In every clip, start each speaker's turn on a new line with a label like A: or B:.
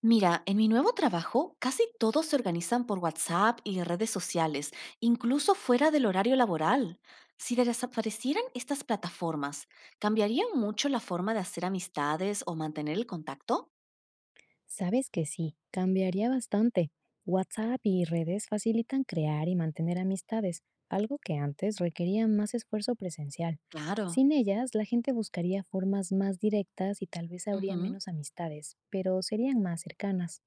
A: Mira, en mi nuevo trabajo casi todos se organizan por WhatsApp y redes sociales, incluso fuera del horario laboral. Si desaparecieran estas plataformas, ¿cambiaría mucho la forma de hacer amistades o mantener el contacto?
B: Sabes que sí, cambiaría bastante. WhatsApp y redes facilitan crear y mantener amistades, algo que antes requería más esfuerzo presencial.
A: Claro.
B: Sin ellas, la gente buscaría formas más directas y tal vez habría
A: Ujú.
B: menos amistades, pero serían más cercanas.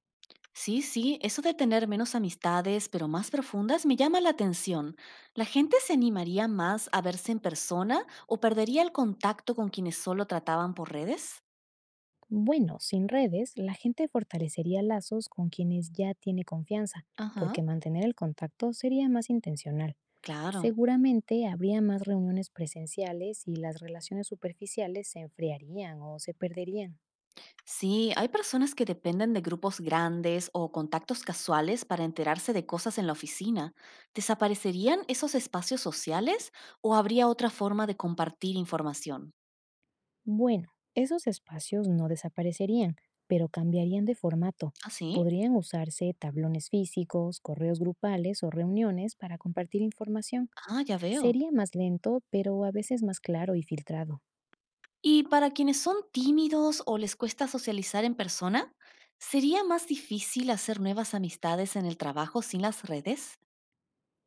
A: Sí, sí, eso de tener menos amistades, pero más profundas, me llama la atención. ¿La gente se animaría más a verse en persona o perdería el contacto con quienes solo trataban por redes?
B: Bueno, sin redes, la gente fortalecería lazos con quienes ya tiene confianza,
A: Ajá,
B: porque mantener el contacto sería más intencional.
A: claro.
B: Seguramente habría más reuniones presenciales y las relaciones superficiales se enfriarían o se perderían.
A: Sí, hay personas que dependen de grupos grandes o contactos casuales para enterarse de cosas en la oficina. ¿Desaparecerían esos espacios sociales o habría otra forma de compartir información?
B: Bueno, esos espacios no desaparecerían, pero cambiarían de formato.
A: ¿Ah, sí?
B: Podrían usarse tablones físicos, correos grupales o reuniones para compartir información.
A: Ah, ya veo.
B: Sería más lento, pero a veces más claro y filtrado.
A: Y para quienes son tímidos o les cuesta socializar en persona, ¿sería más difícil hacer nuevas amistades en el trabajo sin las redes?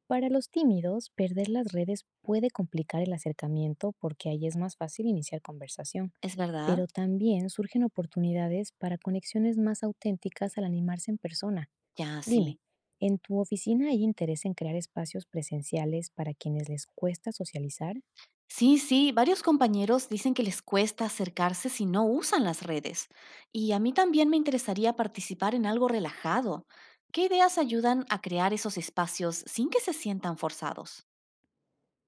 B: Para los tímidos, perder las redes puede complicar el acercamiento porque ahí es más fácil iniciar conversación,
A: ¿Es verdad?
B: pero también surgen oportunidades para conexiones más auténticas al animarse en persona.
A: Ya, sí.
B: Dime, ¿en tu oficina hay interés en crear espacios presenciales para quienes les cuesta socializar?
A: Sí, sí, varios compañeros dicen que les cuesta acercarse si no usan las redes. Y a mí también me interesaría participar en algo relajado. ¿Qué ideas ayudan a crear esos espacios sin que se sientan forzados?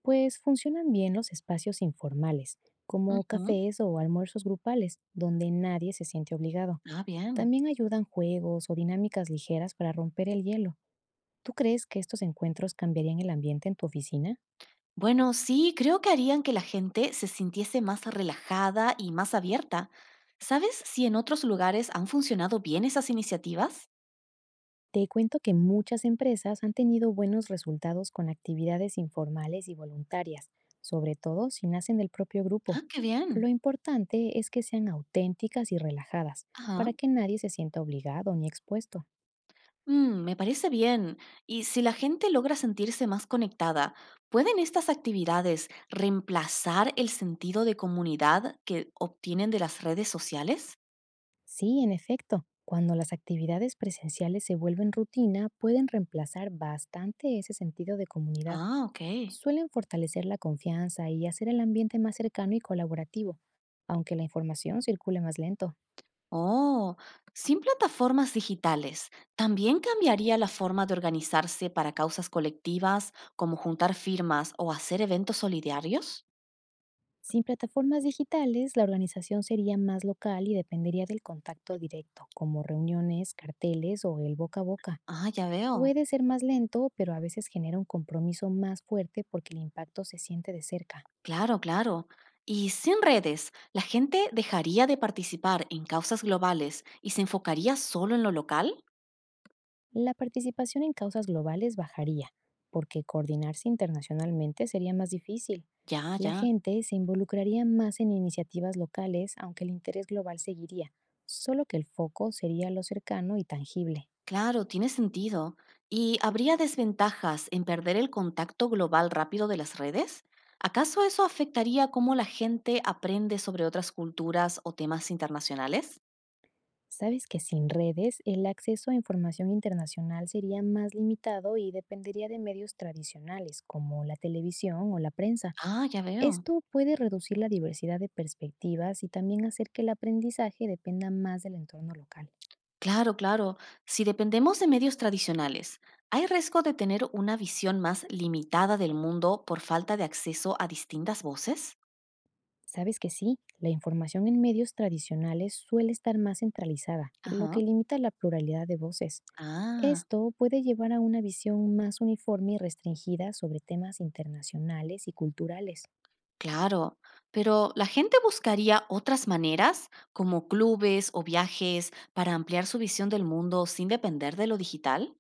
B: Pues funcionan bien los espacios informales, como
A: Ujú.
B: cafés o almuerzos grupales, donde nadie se siente obligado.
A: Ah, bien.
B: También ayudan juegos o dinámicas ligeras para romper el hielo. ¿Tú crees que estos encuentros cambiarían el ambiente en tu oficina?
A: Bueno, sí, creo que harían que la gente se sintiese más relajada y más abierta. ¿Sabes si en otros lugares han funcionado bien esas iniciativas?
B: Te cuento que muchas empresas han tenido buenos resultados con actividades informales y voluntarias, sobre todo si nacen del propio
A: Ah,
B: grupo.
A: qué
B: Lo
A: bien.
B: importante es que sean auténticas y relajadas,
A: Ajá.
B: para que nadie se sienta obligado ni expuesto.
A: Mm, me parece bien. Y si la gente logra sentirse más conectada, ¿pueden estas actividades reemplazar el sentido de comunidad que obtienen de las redes sociales?
B: Sí, en efecto, cuando las actividades presenciales se vuelven rutina, pueden reemplazar bastante ese sentido de comunidad.
A: Ah, ok.
B: Suelen fortalecer la confianza y hacer el ambiente más cercano y colaborativo, aunque la información circule más lento.
A: Oh, sin plataformas digitales, ¿también cambiaría la forma de organizarse para causas colectivas como juntar firmas o hacer eventos solidarios?
B: Sin plataformas digitales, la organización sería más local y dependería del contacto directo, como reuniones, carteles o el boca a boca.
A: Ah, ya veo.
B: Puede ser más lento, pero a veces genera un compromiso más fuerte porque el impacto se siente de cerca.
A: Claro, claro. Y sin redes, la gente dejaría de participar en causas globales y se enfocaría solo en lo local.
B: La participación en causas globales bajaría, porque coordinarse internacionalmente sería más difícil.
A: Ya,
B: La
A: ya.
B: gente se involucraría más en iniciativas locales, aunque el interés global seguiría, solo que el foco sería lo cercano y tangible.
A: Claro, tiene sentido. ¿Y habría desventajas en perder el contacto global rápido de las redes? ¿Acaso eso afectaría cómo la gente aprende sobre otras culturas o temas internacionales?
B: Sabes que sin redes el acceso a información internacional sería más limitado y dependería de medios tradicionales como la televisión o la prensa.
A: Ah, ya veo.
B: Esto puede reducir la diversidad de perspectivas y también hacer que el aprendizaje dependa más del entorno local.
A: Claro, claro. Si dependemos de medios tradicionales, hay riesgo de tener una visión más limitada del mundo por falta de acceso a distintas voces.
B: Sabes que sí, la información en medios tradicionales suele estar más centralizada, lo que
A: Ajá.
B: limita la pluralidad de voces.
A: Ah,
B: Esto puede llevar a una visión más uniforme y restringida sobre temas internacionales y culturales.
A: claro. Pero la gente buscaría otras maneras, como clubes o viajes, para ampliar su visión del mundo sin depender de lo digital.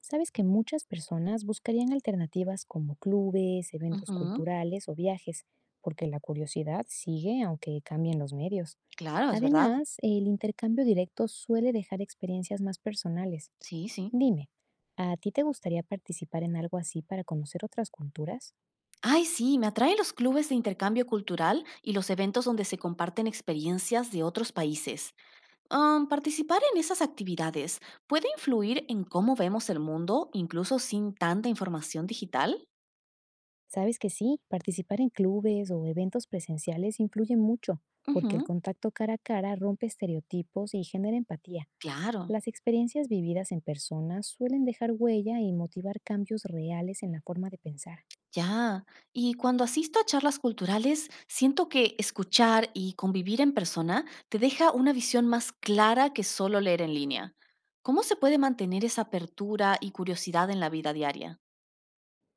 B: Sabes que muchas personas buscarían alternativas como clubes, eventos
A: Ujú,
B: culturales o viajes, porque la curiosidad sigue aunque cambien los medios.
A: Claro, es verdad.
B: Además, el intercambio directo suele dejar experiencias más personales.
A: Sí, sí.
B: Dime, ¿a ti te gustaría participar en algo así para conocer otras culturas?
A: Ay, sí, me atraen los clubes de intercambio cultural y los eventos donde se comparten experiencias de otros países. Participar en esas actividades puede influir en cómo vemos el mundo, incluso sin tanta información digital.
B: Sabes que sí, participar en clubes o eventos presenciales influye mucho, porque el
A: Ujú,
B: contacto cara a cara rompe estereotipos y genera empatía.
A: claro,
B: Las experiencias vividas en persona suelen dejar huella y motivar cambios reales en la forma de pensar.
A: ya. Y cuando asisto a charlas culturales, siento que escuchar y convivir en persona te deja una visión más clara que solo leer en línea. ¿Cómo se puede mantener esa apertura y curiosidad en la vida diaria?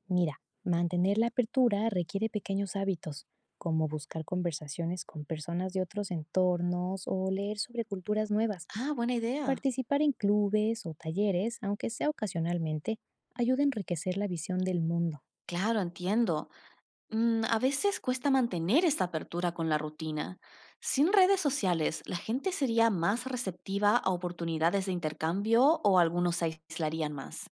B: Mira, mantener la apertura requiere pequeños hábitos, como buscar conversaciones con personas de otros entornos o leer sobre culturas nuevas.
A: Ah, buena idea.
B: Participar en clubes o talleres, aunque sea ocasionalmente, ayuda a enriquecer la visión del mundo.
A: Claro, entiendo. Mm, a veces cuesta mantener esta apertura con la rutina. Sin redes sociales, la gente sería más receptiva a oportunidades de intercambio o algunos se aislarían más.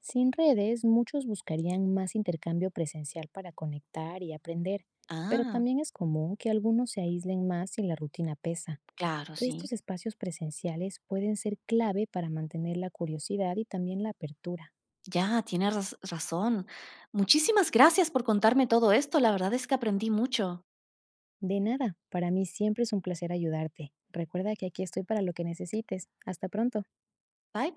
B: Sin redes, muchos buscarían más intercambio presencial para conectar y aprender, pero
A: Ah,
B: también es común que algunos se aíslen más si la rutina pesa.
A: claro, sí.
B: Estos espacios presenciales pueden ser clave para mantener la curiosidad y también la apertura.
A: Ya, tienes razón. Muchísimas gracias por contarme todo esto. La verdad es que aprendí mucho.
B: De nada, para mí siempre es un placer ayudarte. Recuerda que aquí estoy para lo que necesites. Hasta pronto.
A: Bye bye.